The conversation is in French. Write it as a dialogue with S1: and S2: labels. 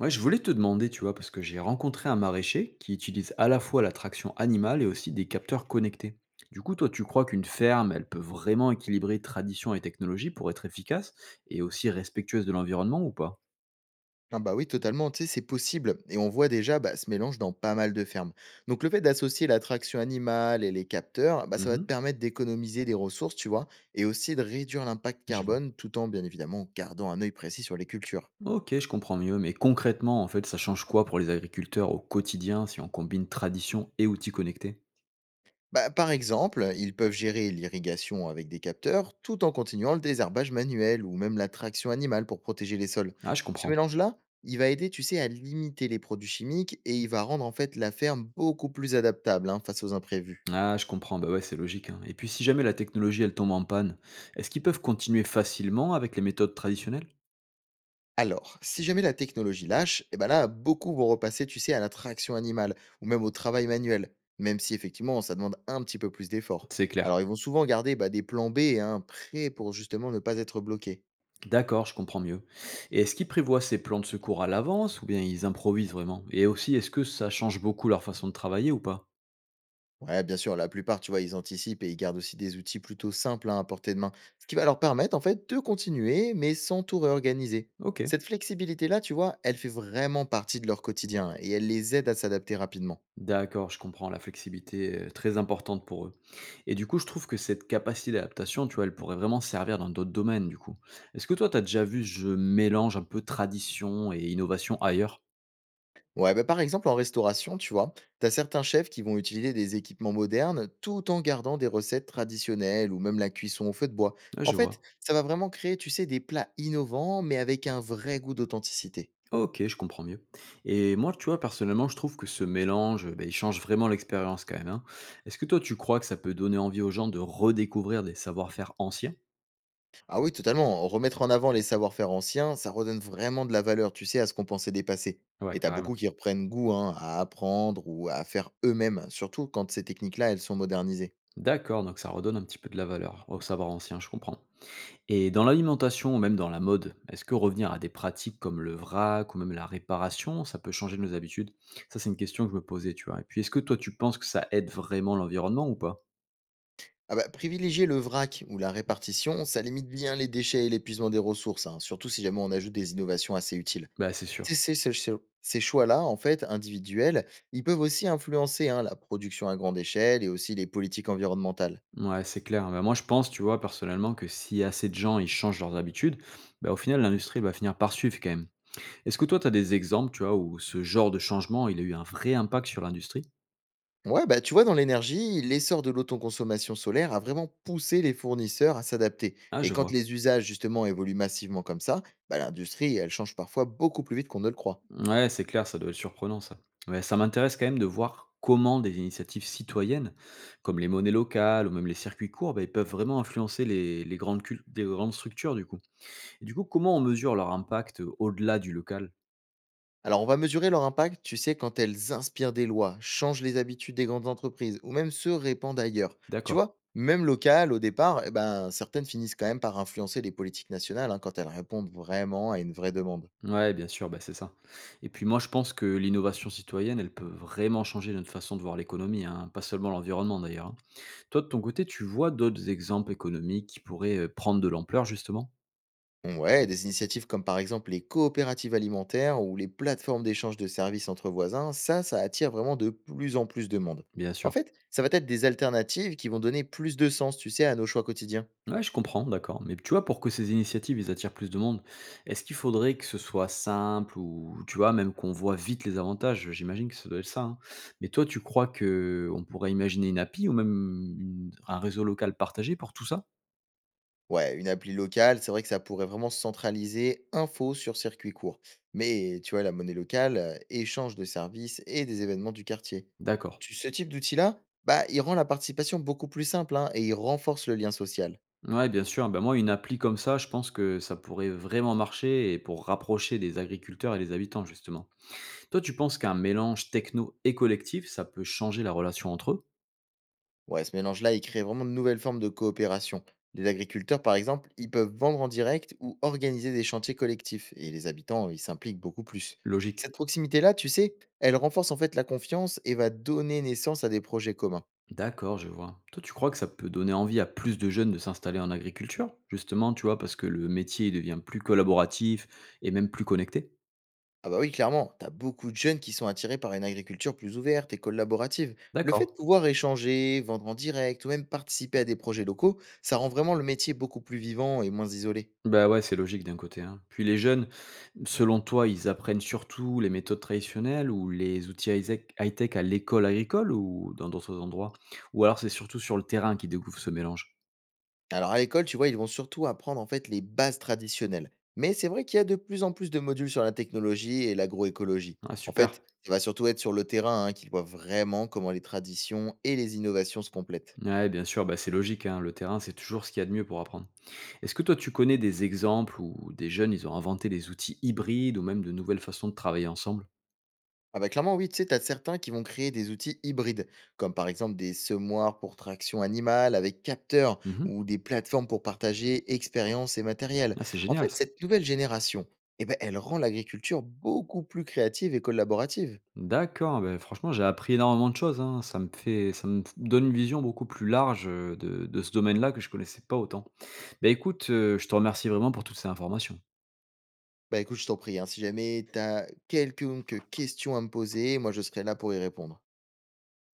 S1: Ouais, je voulais te demander, tu vois, parce que j'ai rencontré un maraîcher qui utilise à la fois la traction animale et aussi des capteurs connectés. Du coup, toi, tu crois qu'une ferme, elle peut vraiment équilibrer tradition et technologie pour être efficace et aussi respectueuse de l'environnement ou pas?
S2: Ah bah oui, totalement, tu sais, c'est possible. Et on voit déjà bah, ce mélange dans pas mal de fermes. Donc le fait d'associer l'attraction animale et les capteurs, bah, ça va te
S1: Mhm.
S2: permettre d'économiser des ressources, tu vois, et aussi de réduire l'impact
S1: Je vois.
S2: carbone tout en, bien évidemment, gardant un œil précis sur les cultures.
S1: Ok, je comprends mieux, mais concrètement, en fait, ça change quoi pour les agriculteurs au quotidien si on combine tradition et outils connectés?
S2: Bah, par exemple, ils peuvent gérer l'irrigation avec des capteurs tout en continuant le désherbage manuel ou même la traction animale pour protéger les sols.
S1: Ah, je
S2: Ce
S1: comprends.
S2: mélange-là, il va aider, tu sais, à limiter les produits chimiques et il va rendre en fait la ferme beaucoup plus adaptable hein, face aux imprévus.
S1: Ah, je comprends, bah ouais, c'est logique, hein. Et puis, si jamais la technologie, elle tombe en panne, est-ce qu'ils peuvent continuer facilement avec les méthodes traditionnelles?
S2: Alors, si jamais la technologie lâche, eh ben là, beaucoup vont repasser, tu sais, à la traction animale ou même au travail manuel, même si effectivement, ça demande un petit peu plus d'efforts.
S1: C'est clair.
S2: Alors, ils vont souvent garder bah, des plans B hein, prêts pour justement ne pas être bloqués.
S1: D'accord, je comprends mieux. Et est-ce qu'ils prévoient ces plans de secours à l'avance ou bien ils improvisent vraiment? Et aussi, est-ce que ça change beaucoup leur façon de travailler ou pas?
S2: Ouais, bien sûr, la plupart, tu vois, ils anticipent et ils gardent aussi des outils plutôt simples hein, à portée de main, ce qui va leur permettre en fait de continuer, mais sans tout réorganiser.
S1: Ok,
S2: Cette flexibilité-là, tu vois, elle fait vraiment partie de leur quotidien et elle les aide à s'adapter rapidement.
S1: d'accord, je comprends. La flexibilité est très importante pour eux. Et du coup, je trouve que cette capacité d'adaptation, tu vois, elle pourrait vraiment servir dans d'autres domaines, du coup. Est-ce que toi, tu as déjà vu ce mélange un peu tradition et innovation ailleurs?
S2: Ouais, bah, par exemple, en restauration, tu vois, t'as certains chefs qui vont utiliser des équipements modernes tout en gardant des recettes traditionnelles ou même la cuisson au feu de bois.
S1: Ouais,
S2: En
S1: je
S2: fait,
S1: vois.
S2: ça va vraiment créer, tu sais, des plats innovants mais avec un vrai goût d'authenticité.
S1: OK, je comprends mieux, et moi, tu vois, personnellement, je trouve que ce mélange, il change vraiment l'expérience quand même, hein. Est-ce que toi, tu crois que ça peut donner envie aux gens de redécouvrir des savoir-faire anciens?
S2: Ah oui, totalement. Remettre en avant les savoir-faire anciens, ça redonne vraiment de la valeur, tu sais, à ce qu'on pensait dépasser.
S1: Ouais,
S2: Et t'as
S1: carrément.
S2: beaucoup qui reprennent goût hein, à apprendre ou à faire eux-mêmes, surtout quand ces techniques-là, elles sont modernisées.
S1: D'accord, donc ça redonne un petit peu de la valeur aux savoirs anciens, je comprends. Et dans l'alimentation ou même dans la mode, est-ce que revenir à des pratiques comme le vrac ou même la réparation, ça peut changer nos habitudes? Ça, c'est une question que je me posais, tu vois. Et puis, est-ce que toi, tu penses que ça aide vraiment l'environnement ou pas?
S2: Ah bah, privilégier le vrac ou la répartition, ça limite bien les déchets et l'épuisement des ressources, hein, surtout si jamais on ajoute des innovations assez utiles.
S1: Bah, c'est sûr.
S2: Ces, ces- ces- ces- ces choix-là, en fait, individuels, ils peuvent aussi influencer hein, la production à grande échelle et aussi les politiques environnementales.
S1: Ouais, c'est clair. Bah, moi, je pense, tu vois, personnellement, que si assez de gens, ils changent leurs habitudes, bah, au final, l'industrie, elle va finir par suivre quand même. Est-ce que toi, tu as des exemples, tu vois, où ce genre de changement, il a eu un vrai impact sur l'industrie?
S2: Ouais, bah tu vois, dans l'énergie, l'essor de l'autoconsommation solaire a vraiment poussé les fournisseurs à s'adapter.
S1: Ah,
S2: Et
S1: je
S2: quand
S1: vois.
S2: les usages, justement, évoluent massivement comme ça, bah, l'industrie, elle change parfois beaucoup plus vite qu'on ne le croit.
S1: Ouais, c'est clair, ça doit être surprenant, ça. Ouais, ça m'intéresse quand même de voir comment des initiatives citoyennes, comme les monnaies locales ou même les circuits courts, bah, ils peuvent vraiment influencer les grandes des grandes structures, du coup. Et du coup, comment on mesure leur impact au-delà du local?
S2: Alors, on va mesurer leur impact, tu sais, quand elles inspirent des lois, changent les habitudes des grandes entreprises ou même se répandent ailleurs. Tu
S1: D'accord.
S2: vois, même locales, au départ, eh ben, certaines finissent quand même par influencer les politiques nationales hein, quand elles répondent vraiment à une vraie demande.
S1: Ouais, bien sûr, bah, c'est ça. Et puis moi, je pense que l'innovation citoyenne, elle peut vraiment changer notre façon de voir l'économie, hein, pas seulement l'environnement d'ailleurs, hein. Toi, de ton côté, tu vois d'autres exemples économiques qui pourraient prendre de l'ampleur, justement?
S2: Bon, ouais, des initiatives comme par exemple les coopératives alimentaires ou les plateformes d'échange de services entre voisins, ça attire vraiment de plus en plus de monde.
S1: Bien
S2: En
S1: sûr.
S2: fait, ça va être des alternatives qui vont donner plus de sens, tu sais, à nos choix quotidiens.
S1: Ouais, je comprends, d'accord. Mais tu vois, pour que ces initiatives, ils attirent plus de monde, est-ce qu'il faudrait que ce soit simple ou, tu vois, même qu'on voit vite les avantages? J'imagine que ça doit être ça, hein. Mais toi, tu crois que on pourrait imaginer une API ou même un réseau local partagé pour tout ça?
S2: Ouais, une appli locale, c'est vrai que ça pourrait vraiment centraliser infos sur circuit court. Mais tu vois, la monnaie locale, échange de services et des événements du quartier.
S1: D'accord.
S2: Tu- Ce type d'outil-là, bah, il rend la participation beaucoup plus simple hein, et il renforce le lien social.
S1: Ouais, bien sûr. Ben moi, une appli comme ça, je pense que ça pourrait vraiment marcher et pour rapprocher les agriculteurs et les habitants, justement. Toi, tu penses qu'un mélange techno et collectif, ça peut changer la relation entre eux?
S2: Ouais, ce mélange-là, il crée vraiment de nouvelles formes de coopération. Les agriculteurs, par exemple, ils peuvent vendre en direct ou organiser des chantiers collectifs. Et les habitants, ils s'impliquent beaucoup plus.
S1: Logique.
S2: Cette proximité-là, tu sais, elle renforce en fait la confiance et va donner naissance à des projets communs.
S1: D'accord, je vois. Toi, tu crois que ça peut donner envie à plus de jeunes de s'installer en agriculture? Justement, tu vois, parce que le métier il devient plus collaboratif et même plus connecté?
S2: Ah bah oui, clairement, t'as beaucoup de jeunes qui sont attirés par une agriculture plus ouverte et collaborative. Le fait
S1: D'accord.
S2: de pouvoir échanger, vendre en direct ou même participer à des projets locaux, ça rend vraiment le métier beaucoup plus vivant et moins isolé.
S1: Bah, ouais, c'est logique d'un côté, hein. Puis les jeunes, selon toi, ils apprennent surtout les méthodes traditionnelles ou les outils high-tech à l'école agricole ou dans d'autres endroits? Ou alors c'est surtout sur le terrain qu'ils découvrent ce mélange?
S2: Alors à l'école, tu vois, ils vont surtout apprendre en fait les bases traditionnelles. Mais c'est vrai qu'il y a de plus en plus de modules sur la technologie et l'agroécologie.
S1: Ah,
S2: En
S1: super.
S2: fait, ça va surtout être sur le terrain hein, qu'ils voient vraiment comment les traditions et les innovations se complètent.
S1: Ouais, bien sûr, bah, c'est logique, hein. Le terrain, c'est toujours ce qu'il y a de mieux pour apprendre. Est-ce que toi, tu connais des exemples où des jeunes, ils ont inventé des outils hybrides ou même de nouvelles façons de travailler ensemble?
S2: Ah bah clairement, oui, tu sais, t'as certains qui vont créer des outils hybrides, comme par exemple des semoirs pour traction animale avec capteurs
S1: Mhm.
S2: ou des plateformes pour partager expériences et matériel.
S1: Ah, c'est
S2: En
S1: génial
S2: fait,
S1: ça.
S2: cette nouvelle génération, eh ben, elle rend l'agriculture beaucoup plus créative et collaborative.
S1: D'accord, ben franchement, j'ai appris énormément de choses, hein. Ça me fait, ça me donne une vision beaucoup plus large, de ce domaine-là que je connaissais pas autant. Ben écoute, je te remercie vraiment pour toutes ces informations.
S2: Bah écoute, je t'en prie, hein, si jamais t'as quelques questions à me poser, moi je serai là pour y répondre.